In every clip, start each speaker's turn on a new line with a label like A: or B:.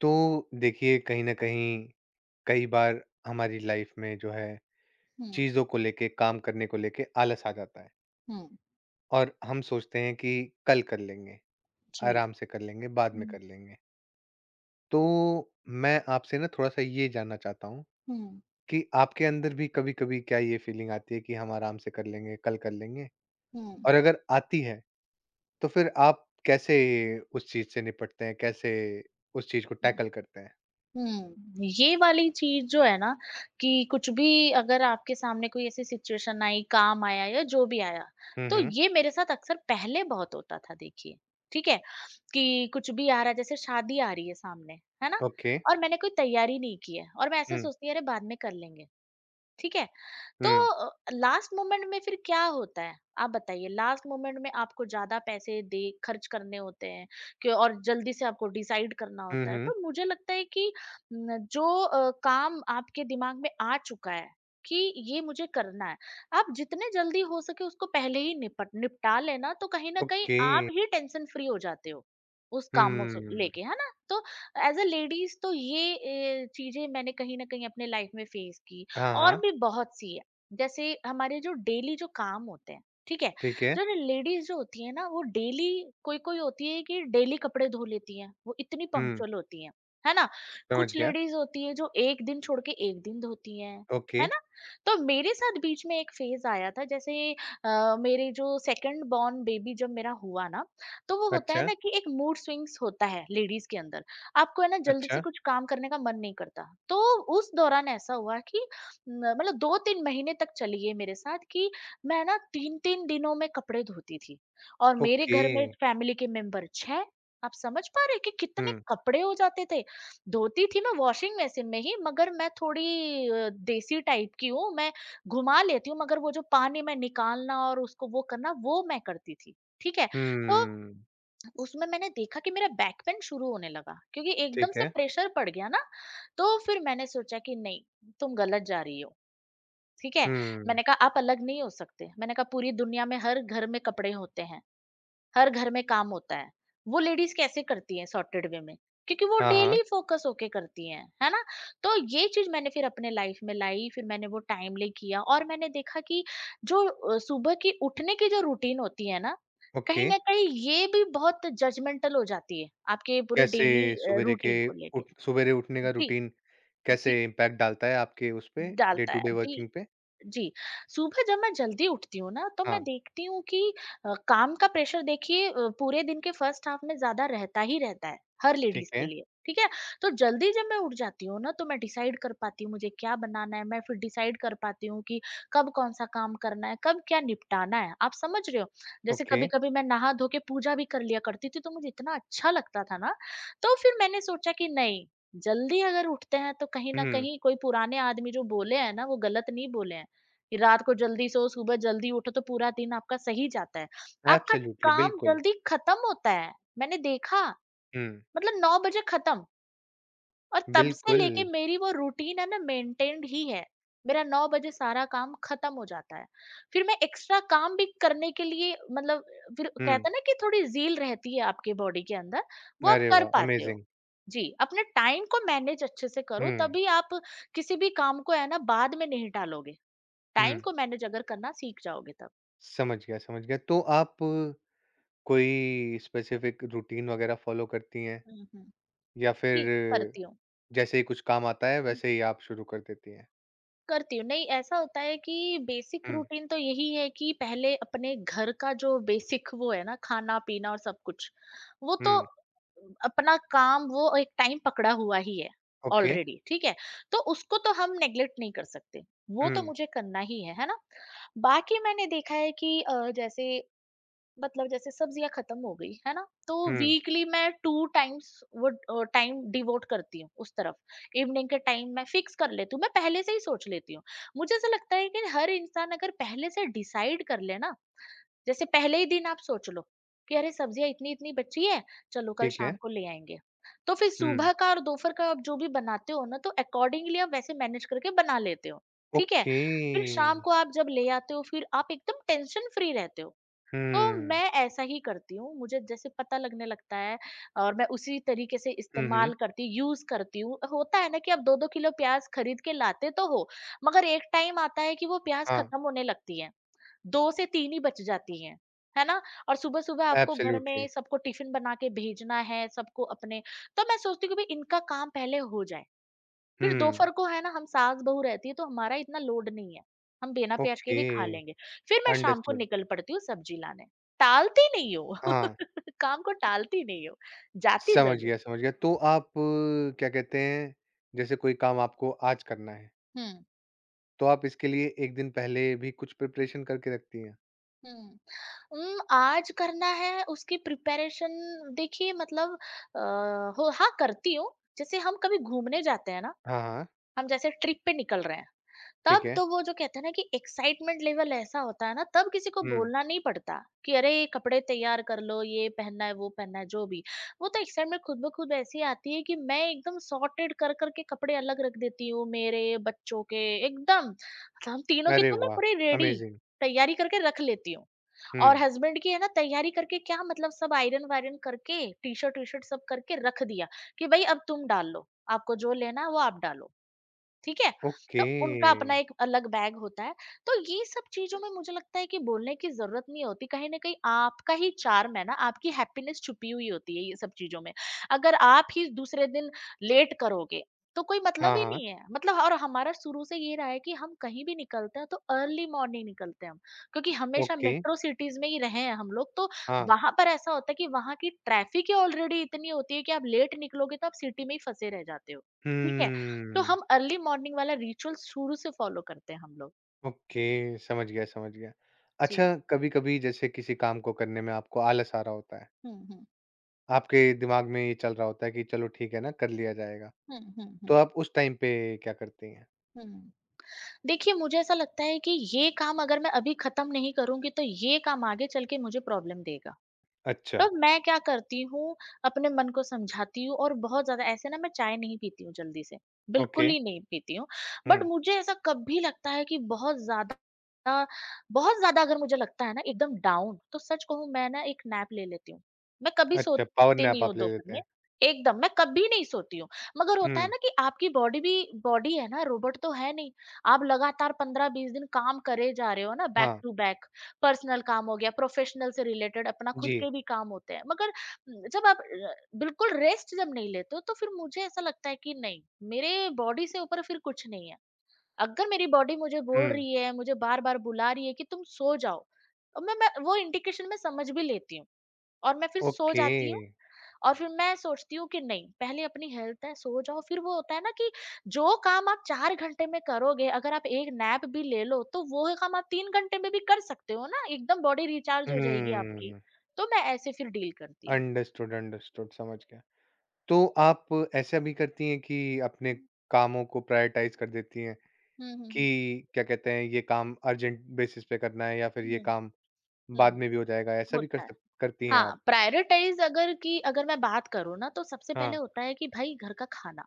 A: तो देखिए कहीं न कहीं कई बार हमारी लाइफ में जो है
B: हुँ,
A: चीज़ों को लेके, काम करने को लेके आलस आ जाता है।
B: हुँ,
A: और हम सोचते हैं कि कल कर लेंगे,
B: जी।
A: आराम से कर लेंगे, बाद में
B: हुँ,
A: कर लेंगे। तो मैं आपसे ना थोड़ा-सा ये जानना चाहता हूँ
B: हुँ,
A: कि आपके अंदर भी कभी-कभी क्या ये फीलिंग आती है कि हम आराम से कर लेंगे, कल कर लेंगे?
B: हुँ,
A: और अगर आती है तो फिर आप कैसे उस चीज़ से निपटते हैं? कैसे उस चीज़ को
B: हुँ,
A: टैकल करते हैं?
B: हुँ। ये वाली चीज़ जो है ना कि कुछ भी अगर आपके सामने कोई ऐसी सिचुएशन आई, काम आया या जो भी आया,
A: हुँ,
B: तो
A: हुँ।
B: ये मेरे साथ अक्सर पहले बहुत होता था देखिए, ठीक है? कि कुछ भी आ रहा है जैसे शादी आ रही है सामने, है ना?
A: ओके।
B: और मैंने कोई तैयारी नहीं की है और मैं ऐसे
A: हुँ,
B: सोचती हूँ अरे बाद में कर लेंगे। ठीक है, तो
A: हुँ।
B: लास्ट मोमेंट में फिर क्या होता है, आप बताइए लास्ट मोमेंट में आपको ज्यादा पैसे दे खर्च करने होते हैं कि और जल्दी से आपको डिसाइड करना
A: हुँ,
B: होता है,
A: हुँ।
B: तो मुझे लगता है कि न, जो अ, काम आपके दिमाग में आ चुका है कि ये मुझे करना है, आप जितने जल्दी हो सके उसको पहले ही निपटा लेना, तो कहीं ना कहीं
A: ओके।
B: आप ही टेंशन फ्री हो जाते हो उस कामों से
A: हुँ।
B: लेके, है ना। तो एज अ लेडीज तो ये चीजें मैंने कहीं ना कहीं अपने लाइफ में फेस की,
A: हाँ,
B: और
A: हाँ,
B: भी बहुत सी है। जैसे हमारे जो डेली जो काम होते हैं, ठीक है,
A: ठीक है।
B: जो ना लेडीज जो होती है ना वो डेली, कोई कोई होती है कि डेली कपड़े धो लेती हैं, वो इतनी
A: हुँ,
B: पंक्चुअल होती हैं, है ना।
A: समझ
B: कुछ
A: गया।
B: लेडीज होती है जो एक दिन छोड़ के एक दिन धोती हैं,
A: ओके।
B: है ना। तो मेरे साथ बीच में एक फेज आया था, जैसे मेरे जो सेकंड बॉर्न बेबी जब मेरा हुआ ना, तो वो होता है
A: अच्छा,
B: ना कि एक मूड स्विंग्स होता है लेडीज के अंदर, आपको है ना जल्दी
A: अच्छा,
B: से कुछ काम करने का मन नहीं करता। तो उस दौरान ऐसा हुआ कि न मतलब 2-3 महीने तक चली ये मेरे साथ कि मैं ना 3-3 दिनों में कपड़े धोती थी, और मेरे
A: ओके।
B: घर में फैमिली के मेंबर 6। आप समझ पा रहे हैं कि कितने
A: हुँ,
B: कपड़े हो जाते थे। धोती थी मैं वॉशिंग मशीन में ही, मगर मैं थोड़ी देसी टाइप की हूँ, मैं घुमा लेती हूँ, मगर वो जो पानी में निकालना और उसको वो करना वो मैं करती थी, ठीक है? तो
A: हुँ,
B: उसमें मैंने देखा कि मेरा बैक पेन शुरू होने लगा, क्योंकि एकदम
A: ठीक
B: से
A: है।
B: प्रेशर पड़ गया ना। तो फिर मैंने सोचा कि नहीं, तुम गलत जा रही हो। ठीक है?
A: हुँ,
B: मैंने कहा आप अलग नहीं हो सकते। मैंने कहा पूरी दुनिया में हर घर में कपड़े होते हैं, हर घर में काम होता है। वो लेडीज़ कैसे करती हैं सॉर्टेड वे में? क्योंकि वो
A: हाँ, हाँ,
B: डेली फोकस होके करती हैं, है ना। तो ये चीज़ मैंने फिर अपने लाइफ में लाई, फिर मैंने वो टाइमली किया और मैंने देखा कि जो सुबह की उठने की जो रूटीन होती है ना,
A: ओके।
B: कहीं न कहीं ये भी बहुत जजमेंटल हो जाती है, आपके पूरे
A: कैसे
B: डेली
A: सवेरे के
B: रूटीन को लेके।
A: उठ सवेरे उठने का
B: जी।
A: रूटीन
B: जी,
A: कैसे इम्पैक्ट डालता है आपके उस पे, डे
B: डालता
A: टू
B: है।
A: डे
B: जी।
A: वर्किंग पे?
B: जी, सुबह जब मैं जल्दी उठती हूँ ना, तो मैं
A: हाँ,
B: देखती हूँ कि काम का प्रेशर देखिए, पूरे दिन के फर्स्ट हाफ में ज़्यादा रहता ही रहता है, हर
A: ठीक
B: लेडीज़ के
A: है,
B: लिए, ठीक है? तो जल्दी जब मैं उठ जाती हूँ ना, तो मैं डिसाइड कर पाती हूँ मुझे क्या बनाना है, मैं फिर डिसाइड कर पाती हूँ कि कब कौन-सा काम करना है, कब क्या निपटाना है, आप समझ रहे हो? जैसे
A: ओके।
B: कभी-कभी मैं नहा धो के पूजा भी कर लिया करती थी, तो मुझे इतना अच्छा लगता था ना। तो फिर मैंने सोचा कि नहीं, जल्दी अगर उठते हैं, तो कहीं न
A: हुँ,
B: कहीं कोई पुराने आदमी जो बोले हैं ना, वो गलत नहीं बोले हैं। कि रात को जल्दी सो, सुबह जल्दी उठो, तो पूरा दिन आपका सही जाता है। आपका
A: एब्सोल्युटली,
B: काम
A: बिल्कुल।
B: जल्दी खत्म होता है, मैंने देखा,
A: हुँ,
B: मतलब 9 बजे खत्म, और तब से
A: बिल्कुल।
B: लेके मेरी वो रूटीन है ना मेंटेन्ड ही है। मेरा 9 बजे सारा काम खत्म हो जाता है। फिर मैं एक्स्ट्रा काम भी करने के लिए मतलब, फिर
A: हुँ,
B: कहते हैं ना कि थोड़ी ज़ील रहती है आपके बॉडी के अंदर, वो आप
A: अरे
B: कर
A: वाह!
B: पाते हो।
A: अमेज़िंग।
B: जी, अपने टाइम को मैनेज अच्छे से करो,
A: हुँ,
B: तभी आप किसी भी काम को है ना बाद में नहीं टालोगे। टाइम
A: हुँ,
B: को मैनेज अगर करना सीख जाओगे, तब।
A: समझ गया, समझ गया। तो आप कोई स्पेसिफिक रूटीन वगैरह फॉलो करती हैं?
B: हम्म।
A: या
B: जी,
A: फिर
B: करती हूँ।
A: जैसे ही कुछ काम आता है वैसे ही आप शुरू कर देती हैं?
B: करती हूँ, नहीं, ऐसा होता है कि बेसिक
A: हुँ,
B: रूटीन तो यही है कि पहले अपने घर का जो बेसिक वो है ना खाना पीना और सब कुछ, वो तो
A: हुँ,
B: अपना काम वो एक टाइम पकड़ा हुआ ही है
A: ओके,
B: ऑलरेडी, ठीक है, तो उसको तो हम नेग्लेक्ट नहीं कर सकते, वो तो
A: हुँ,
B: मुझे करना ही है ना। बाकी मैंने देखा है कि जैसे, मतलब जैसे सब्जियाँ खत्म हो गई, है ना? तो
A: हुँ,
B: वीकली मैं 2 टाइम्स वो टाइम डिवोट करती हूँ उस तरफ। इवनिंग के टाइम मैं फिक्स कर लेती हूँ, मैं पहले से ही सोच लेती हूँ। मुझे ऐसा लगता है कि हर इंसान अगर पहले से डिसाइड कर ले ना, जैसे पहले ही दिन आप सोच लो कि अरे सब्जियाँ इतनी-इतनी बची है, चलो कल
A: ठीक है,
B: शाम को ले आएँगे। तो फिर
A: हुँ,
B: सुबह का और दोपहर का आप जो भी बनाते हो ना, तो अकॉर्डिंगली आप वैसे मैनेज करके बना लेते हो, ठीक है?
A: ओके,
B: फिर शाम को आप जब ले आते हो, फिर आप एकदम टेंशन फ्री रहते हो। तो
A: हुँ,
B: मैं ऐसा ही करती हूँ, मुझे जैसे पता लगने लगता है और मैं उसी तरीके से
A: हुँ, हुँ,
B: इस्तेमाल करती यूज़ करती हूँ। होता है ना कि आप 2-2 किलो प्याज़ खरीद के लाते तो हो, मगर एक टाइम आता है कि वो प्याज़
A: हाँ,
B: खत्म होने लगती है, 2 से 3 ही बच जाती हैं, है ना? और सुबह-सुबह आपको घर
A: एब्सोल्युटली,
B: में सबको टिफ़िन बना के भेजना है, सबको अपने, तो मैं सोचती हूँ कि भई इनका काम पहले हो जाए। फिर
A: हुँ,
B: दोपहर को है ना हम सास-बहू रहती है, तो हमारा इतना लोड नहीं है, हम बिना प्याज के
A: ओके,
B: भी खा लेंगे। फिर मैं शाम को
A: अंडरस्टूड,
B: निकल पड़ती हूँ सब्जी लाने, टालती नहीं हूँ,
A: हाँ,
B: काम को टालती नहीं हूँ, जाती
A: समझ
B: ज़रूर।
A: गया, समझ गया। तो आप क्या कहते हैं, जैसे कोई काम आपको आज करना है,
B: हुँ।
A: तो आप इसके लिए 1 दिन पहले भी कुछ प्रिपरेशन करके रखती हैं?
B: हुँ। आज करना है उसकी प्रिपरेशन, देखिए मतलब, अ, हो हाँ करती हूँ। जैसे हम कभी घूमने जाते हैं ना,
A: हाँ, हाँ,
B: हम जैसे ट्रिप पे निकल रहे हैं,
A: ठीक
B: तब
A: है,
B: तो वो जो कहते हैं ना कि एक्साइटमेंट लेवल ऐसा होता है ना, तब किसी को
A: हुँ।
B: बोलना नहीं पड़ता कि अरे ये कपड़े तैयार कर लो, ये पहनना है, वो पहनना है, जो भी। वो तो एक्साइटमेंट खुद ब खुद ऐसी आती है कि मैं एकदम सॉर्टेड कर करके कपड़े अलग रख देती हूँ मेरे बच्चों के, एकदम मतलब हम तीनों की,
A: अरे
B: तो मैं
A: वाह!
B: पूरी रेडी
A: अमेज़िंग!
B: तैयारी करके रख लेती हूँ।
A: हुँ,
B: और हस्बैंड की है ना तैयारी करके, क्या मतलब सब आयरन वायरन करके टी शर्ट सब करके रख दिया कि भाई अब तुम डाल लो, आपको जो लेना है वो आप डालो, ठीक है? तो
A: ओके।
B: उनका अपना एक अलग बैग होता है। तो ये सब चीज़ों में मुझे लगता है कि बोलने की ज़रूरत नहीं होती। कहीं न कहीं आपका ही चार्म है ना, आपकी हैप्पीनेस छुपी हुई होती है ये सब चीज़ों में। अगर आप ही दूसरे दिन लेट करोगे, तो कोई
A: हाँ,
B: मतलब ही नहीं है। मतलब, और हमारा शुरू से ये रहा है कि हम कहीं भी निकलते हैं तो अर्ली मॉर्निंग निकलते हैं हम। क्योंकि हमेशा
A: ओके,
B: मेट्रो सिटीज़ में ही रहे हैं हम लोग, तो
A: हाँ।
B: वहाँ पर ऐसा होता है कि वहाँ की ट्रैफ़िक ही ऑलरेडी इतनी होती है कि आप लेट निकलोगे तो आप सिटी में ही फँसे रह जाते हो। ठीक है? तो
A: हम्म,
B: हम अर्ली मॉर्निंग वाला रिचुअल शुरू से फॉलो करते हैं हम लोग।
A: ओके, समझ गया, समझ गया।
B: जी।
A: अच्छा, कभी-कभी जैसे किसी काम को करने में आपको आलस आ रहा होता है,
B: हुँ, हुँ।
A: आपके दिमाग में ये चल रहा होता है कि चलो ठीक है ना, कर लिया जाएगा,
B: हुँ, हुँ,
A: तो
B: हुँ।
A: आप उस टाइम पे क्या करती हैं?
B: हुँ। देखिए, मुझे ऐसा लगता है कि ये काम अगर मैं अभी खत्म नहीं करूँगी, तो ये काम आगे चल के मुझे प्रॉब्लम देगा।
A: अच्छा,
B: तो मैं क्या करती हूँ, अपने मन को समझाती हूँ, और बहुत ज़्यादा ऐसे ना मैं चाय नहीं पीती हूँ जल्दी से,
A: ओके,
B: बिल्कुल ही नहीं पीती हूँ। बट
A: हुँ,
B: मुझे ऐसा कभी लगता है कि बहुत ज़्यादा अगर मुझे लगता है ना एकदम डाउन, तो सच कहूँ मैं ना एक नैप ले लेती हूँ। मैं कभी
A: अच्छा, पावर
B: सोती
A: नैप
B: नहीं हूँ
A: आप ले
B: दोपहर
A: लेते
B: में,
A: हैं।
B: एकदम मैं कभी नहीं सोती हूँ। मगर होता है
A: हुँ,
B: ना कि आपकी बॉडी भी, बॉडी है ना, रोबोट तो है नहीं। आप लगातार 15-20 दिन काम करे जा रहे हो ना बैक
A: हाँ,
B: टू बैक, पर्सनल काम हो गया, प्रोफेशनल से रिलेटेड अपना खुद
A: जी,
B: के भी काम होते हैं। मगर जब आप बिल्कुल रेस्ट जब नहीं लेते हो, तो फिर मुझे ऐसा लगता है कि नहीं, मेरे बॉडी से ऊपर फिर कुछ नहीं है। अगर मेरी बॉडी मुझे बोल
A: हुँ,
B: रही है, मुझे बार-बार बुला रही है कि तुम सो जाओ, और मैं वो इंडिकेशन मैं समझ भी लेती हूँ, और मैं फिर सो
A: ओके,
B: जाती हूँ। और फिर मैं सोचती हूँ कि नहीं, पहले अपनी हेल्थ है, सो जाओ। फिर वो होता है ना कि जो काम आप 4 घंटे में करोगे, अगर आप एक नैप भी ले लो तो वो काम आप 3 घंटे में भी कर सकते हो ना। एकदम बॉडी रिचार्ज हो जाएगी आपकी।
A: हुँ,
B: तो मैं ऐसे फिर डील करती हूँ।
A: अंडरस्टूड, अंडरस्टूड, समझ गया। तो आप ऐसा भी करती हैं कि अपने
B: हम्म।
A: कामों को प्रायोरिटाइज कर देती हैं
B: हम्म।
A: कि
B: हम्म।
A: क्या कहते हैं ये काम अर्जेंट बेसिस पे करना है या फिर ये
B: हम्म,
A: काम बाद
B: हम्म।
A: में भी हो जाएगा, ऐसा भी कर
B: होता है।
A: सक करती हैं
B: हाँ,
A: आप?
B: प्रायोरिटाइज अगर की अगर मैं बात करूँ ना, तो सबसे पहले
A: हाँ,
B: होता है कि भाई घर का खाना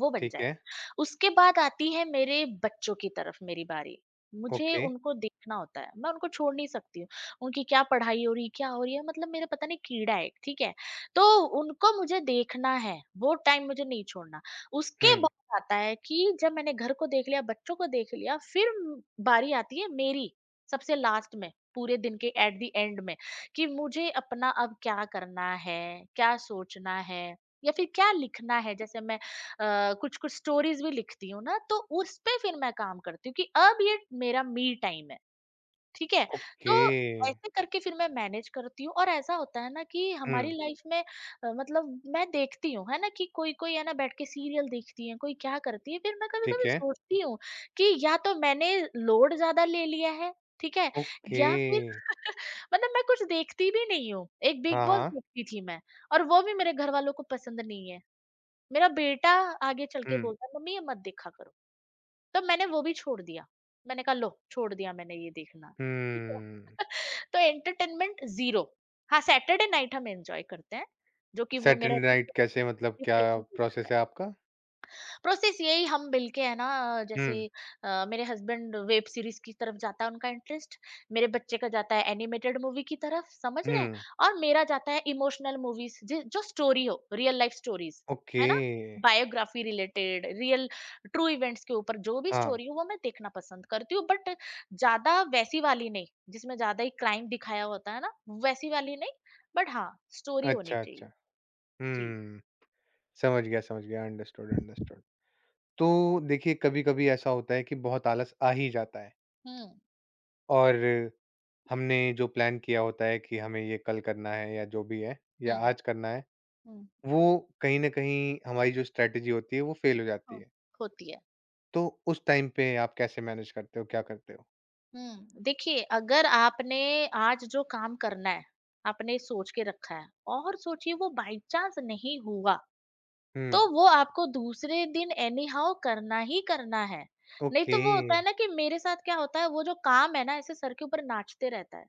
B: वो बन
A: ठीक
B: जाए।
A: है।
B: उसके बाद आती है मेरे बच्चों की तरफ मेरी बारी। मुझे
A: ओके।
B: उनको देखना होता है, मैं उनको छोड़ नहीं सकती हूँ। उनकी क्या पढ़ाई हो रही है, क्या हो रही है, मतलब मेरा पता नहीं कीड़ा है, ठीक है? तो उनको मुझे देखना है, वो टाइम मुझे नहीं छोड़ना। उसके
A: हुँ।
B: बाद आता है कि जब मैंने घर को देख लिया, बच्चों को देख लिया, फिर बारी आती है मेरी, सबसे लास्ट में, पूरे दिन के एट द एंड में कि मुझे अपना अब क्या करना है, क्या सोचना है, या फिर क्या लिखना है। जैसे मैं कुछ कुछ स्टोरीज भी लिखती हूँ ना, तो उस पे फिर मैं काम करती हूँ कि अब ये मेरा मी टाइम है, ठीक है। तो
A: ओके।
B: ऐसे करके फिर मैं मैनेज करती हूँ, और ऐसा होता है ना कि हमारी
A: हुँ,
B: लाइफ में मतलब मैं देखती हूँ है ना कि कोई कोई है ना बैठ के सीरियल देखती है, कोई क्या करती है, फिर मैं कभी
A: ठीक
B: कभी
A: है।
B: सोचती हूँ कि या तो मैंने लोड ज्यादा ले लिया है, ठीक है,
A: ओके।
B: या फिर मतलब मैं कुछ देखती भी नहीं हूँ। एक बिग
A: हाँ,
B: बॉस
A: हाँ।
B: देखती थी मैं, और वो भी मेरे घर वालों को पसंद नहीं है। मेरा बेटा आगे चल के
A: हुँ।
B: बोलता है, मम्मी ये मत देखा करो। तो मैंने वो भी छोड़ दिया। मैंने कहा लो छोड़ दिया मैंने ये देखना। ठीक है?
A: हम्म।
B: तो एंटरटेनमेंट ज़ीरो। हाँ, सैटरडे नाइट हम एन्जॉय करते हैं, जो कि वो मेरा
A: सैटरडे नाइट कैसे, मतलब क्या
B: रिफ्रेशिंग हो जाता
A: प्रोसेस
B: है।
A: है आपका?
B: प्रोसेस यही हम मिलके है ना,
A: हुँ,
B: जैसे मेरे हस्बैंड वेब सीरीज की तरफ जाता है उनका इंटरेस्ट। मेरे बच्चे का जाता है एनिमेटेड मूवी की तरफ, समझ रहे हैं।
A: हुँ।
B: और मेरा जाता है इमोशनल मूवीज, जो स्टोरी हो, रियल लाइफ स्टोरीज,
A: ओके।
B: है ना, biography related, real true events के ऊपर जो भी
A: हाँ।
B: स्टोरी हो वो मैं देखना पसंद करती हूँ, बट ज्यादा वैसी वाली नहीं जिसमें ज्यादा ही क्राइम दिखाया होता है ना, वैसी वाली नहीं, बट हाँ, स्टोरी होनी
A: अच्छा,
B: चाहिए।
A: अच्छा।
B: जी।
A: हुँ। समझ गया, समझ गया। Understood, understood. तो देखिए कभी-कभी ऐसा होता है कि बहुत आलस आ ही जाता है।
B: हम्म।
A: और हमने जो प्लान किया होता है कि हमें ये कल करना है या जो भी है या
B: हम्म।
A: आज करना है,
B: हम्म।
A: वो कहीं न कहीं हमारी जो स्ट्रैटेजी होती है वो फ़ेल हो जाती
B: हाँ,
A: है।
B: होती है।
A: तो उस टाइम पे आप कैसे मैनेज करते हो, क्या करते हो?
B: देखिए, अगर आपने आज जो काम करना है, आपने सोच के रखा है और सोचिए वो बाय चांस नहीं हुआ, तो
A: हुँ,
B: वो आपको दूसरे दिन एनी हाउ करना ही करना है। नहीं
A: ओके।
B: तो वो होता है ना, कि मेरे साथ क्या होता है, वो जो काम है ना ऐसे सर के ऊपर नाचते रहता है।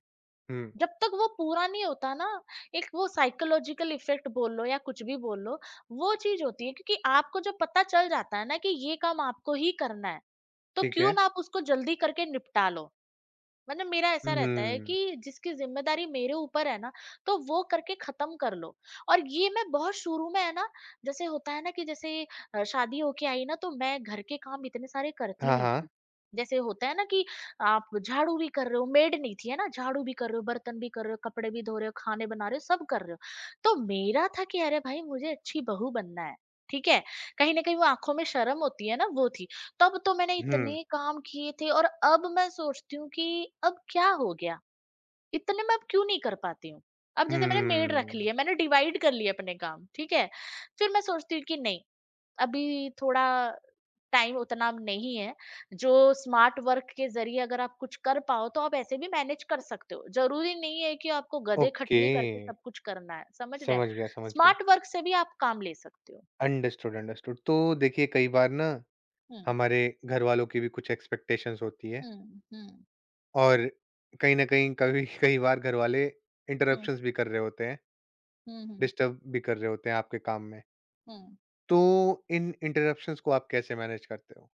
A: हुँ,
B: जब तक वो पूरा नहीं होता ना, एक वो साइकोलॉजिकल इफ़ेक्ट बोल लो या कुछ भी बोल लो, वो चीज़ होती है, क्योंकि आपको जब पता चल जाता है ना कि ये काम आपको ही करना है, तो
A: ठीक है।
B: क्यों ना आप उसको जल्दी करके निपटा लो। मतलब मेरा ऐसा रहता है
A: हुँ,
B: कि जिसकी ज़िम्मेदारी मेरे ऊपर है ना, तो वो करके ख़त्म कर लो। और ये मैं बहुत शुरू में है ना, जैसे होता है ना कि जैसे शादी होके आई ना, तो मैं घर के काम इतने सारे करती
A: हाँ,
B: नहीं
A: हाँ।
B: थी। जैसे होता है ना कि आप झाड़ू भी कर रहे हो, मेड नहीं थी, है ना? झाड़ू भी कर रहे हो, बर्तन भी कर रहे हो, कपड़े भी धो रहे हो, खाने बना रहे हो, सब कर रहे हो। तो मेरा था कि अरे भाई मुझे अच्छी बहू बनना है, ठीक है? कहीं न कहीं वो आँखों में शर्म होती है ना, वो थी। तब तो मैंने
A: हुँ,
B: इतने काम किए थे, और अब मैं सोचती हूँ कि अब क्या हो गया? इतने मैं अब क्यों नहीं कर पाती हूँ? अब जैसे मैंने मेड रख ली
A: हुँ,
B: है, मैंने डिवाइड कर लिए अपने काम, ठीक है? फिर मैं सोचती हूँ कि नहीं, अभी थोड़ा टाइम उतना नहीं है, जो स्मार्ट वर्क के ज़रिए अगर आप कुछ कर पाओ, तो आप ऐसे भी मैनेज कर सकते हो। ज़रूरी नहीं है कि आपको
A: ओके,
B: गधे-खटनी करके सब कुछ करना है, समझ रहे हैं?
A: समझ गया, समझ गया।
B: स्मार्ट वर्क से भी आप काम ले सकते हो।
A: Understood, understood. तो देखिए कई बार ना
B: हुँ।
A: हमारे घर वालों की भी कुछ एक्सपेक्टेशंस होती है।
B: हुँ, हुँ,
A: और कहीं ना कहीं कभी कई बार घर वाले
B: हुँ,
A: इंटरप्शंस भी कर रहे होते हैं,
B: हुँ,
A: डिस्टर्ब भी कर रहे होते हैं आपके काम में।
B: हुँ।
A: तो इन इंटरप्शंस को आप कैसे मैनेज करते हो?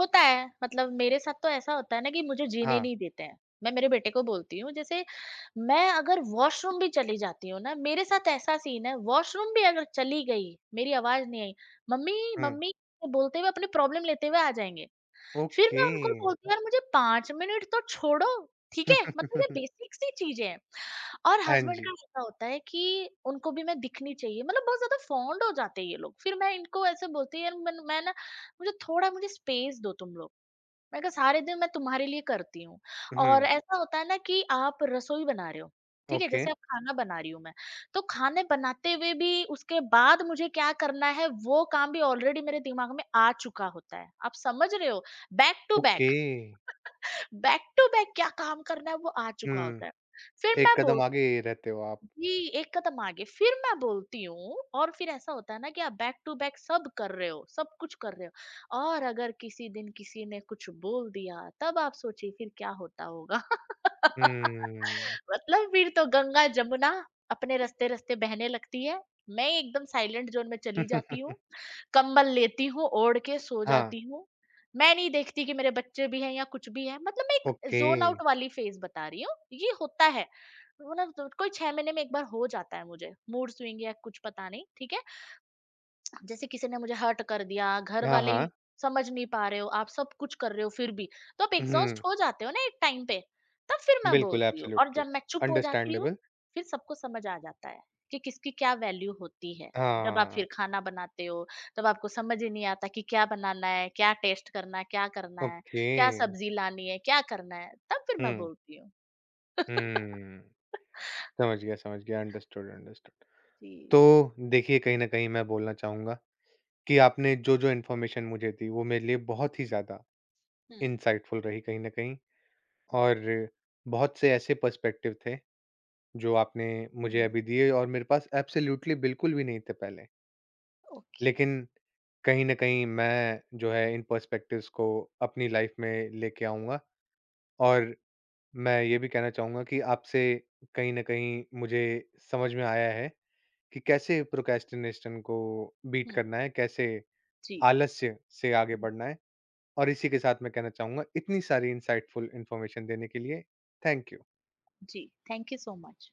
B: होता है, मतलब मेरे साथ तो ऐसा होता है ना कि मुझे जीने
A: हाँ,
B: नहीं देते हैं। मैं मेरे बेटे को बोलती हूँ, जैसे मैं अगर वॉशरूम भी चली जाती हूँ ना, मेरे साथ ऐसा सीन है, वॉशरूम भी अगर चली गई, मेरी आवाज़ नहीं आई, "मम्मी,
A: हम्म,
B: मम्मी" बोलते हुए अपनी प्रॉब्लम लेते हुए आ जाएँगे। फिर
A: ओके,
B: मैं उनको बोलती हूँ, यार मुझे 5 मिनट तो छोड़ो, ठीक है? मतलब ये बेसिक सी चीज़ें हैं। और
A: हाँ
B: हस्बैंड का
A: जी,
B: ऐसा होता है कि उनको भी मैं दिखनी चाहिए, मतलब बहुत ज़्यादा फॉन्ड हो जाते हैं ये लोग। फिर मैं इनको ऐसे बोलती हूँ, यार मन मैं ना मुझे थोड़ा मुझे स्पेस दो तुम लोग। मैंने कहा सारे दिन मैं तुम्हारे लिए करती हूँ। और
A: हम्म,
B: ऐसा होता है ना कि आप रसोई बना रहे हो, ठीक है,
A: ओके,
B: जैसे आप खाना बना रही हूँ मैं, तो खाने बनाते हुए भी उसके बाद मुझे क्या करना है वो काम भी ऑलरेडी मेरे दिमाग में आ चुका होता है, आप समझ रहे हो, back to
A: okay,
B: back. Back to back क्या काम करना है वो आ चुका होता है।
A: हम्म,
B: फिर
A: एक
B: मैं बोल
A: कदम आगे रहते हो आप।
B: जी, एक कदम आगे, फिर मैं बोलती हूँ और फिर ऐसा होता है ना कि आप बैक टू बैक सब कर रहे हो, सब कुछ कर रहे हो और अगर किसी दिन किसी ने कुछ बोल दिया, तब आप सोचिए फिर क्या होता होगा।
A: हम्म,
B: मतलब फिर तो गंगा, जमुना अपने रास्ते-रास्ते बहने लगती है। मैं एकदम साइलेंट ज़ोन में चली जाती हूँ। कंबल लेती हूँ, ओढ़ के सो
A: हाँ,
B: जाती हूँ। मैं नहीं देखती कि मेरे बच्चे भी हैं या कुछ भी है। मतलब मैं एक
A: ओके,
B: ज़ोन आउट वाली फ़ेज़ बता रही हूँ, ये होता है। वो ना तो कोई 6 महीने में एक बार हो जाता है मुझे, मूड स्विंग या कुछ पता नहीं, ठीक है? जैसे किसी ने मुझे हर्ट कर दिया, घर
A: हाँ,
B: वाले ही
A: हाँ,
B: समझ नहीं पा रहे हो, आप सब कुछ कर रहे हो फिर भी, तो आप एग्ज़ॉस्ट
A: हम्म,
B: हो जाते हो ना एक टाइम पे, तब फिर मैं
A: बिल्कुल,
B: बोलती हूँ, और
A: एब्सोल्युटली,
B: जब मैं चुप हो जाती हूँ,
A: अंडरस्टैंडेबल,
B: फिर सबको समझ आ जाता है कि किसकी क्या वैल्यू होती है। जब आप
A: हाँ,
B: फिर खाना बनाते हो, तब आपको समझ ही नहीं आता कि क्या बनाना है, क्या टेस्ट करना है,
A: ओके,
B: क्या सब्ज़ी लानी है, क्या करना है, तब फिर मैं
A: हुँ,
B: बोलती हूँ।
A: हुँ। समझ गया, समझ गया। Understood, understood.
B: जी।
A: तो देखिए, कहीं न कहीं मैं बोलना चाहूँगा कि आपने जो-जो इन्फॉर्मेशन मुझे दी, वो मेरे लिए बहुत ही ज़्यादा
B: हुँ।
A: इनसाइटफुल रही कहीं न कहीं। और बहुत से ऐसे पर्सपेक्टिव थे, जो आपने मुझे
B: हुँ,
A: अभी दिए और मेरे पास एब्सोल्यूटली बिल्कुल भी नहीं थे पहले।
B: ओके।
A: लेकिन कहीं न कहीं मैं जो है इन पर्सपेक्टिव्स को अपनी लाइफ़ में लेके आऊँगा। और मैं ये भी कहना चाहूँगा कि आपसे कहीं न कहीं मुझे समझ में आया है कि कैसे प्रोक्रेस्टिनेशन को बीट
B: हुँ।
A: करना है, कैसे
B: जी,
A: आलस्य से आगे
B: हुँ।
A: बढ़ना है। और इसी के साथ मैं कहना चाहूँगा इतनी सारी इनसाइटफुल इन्फॉर्मेशन देने के लिए थैंक यू।
B: जी, थैंक यू सो मच।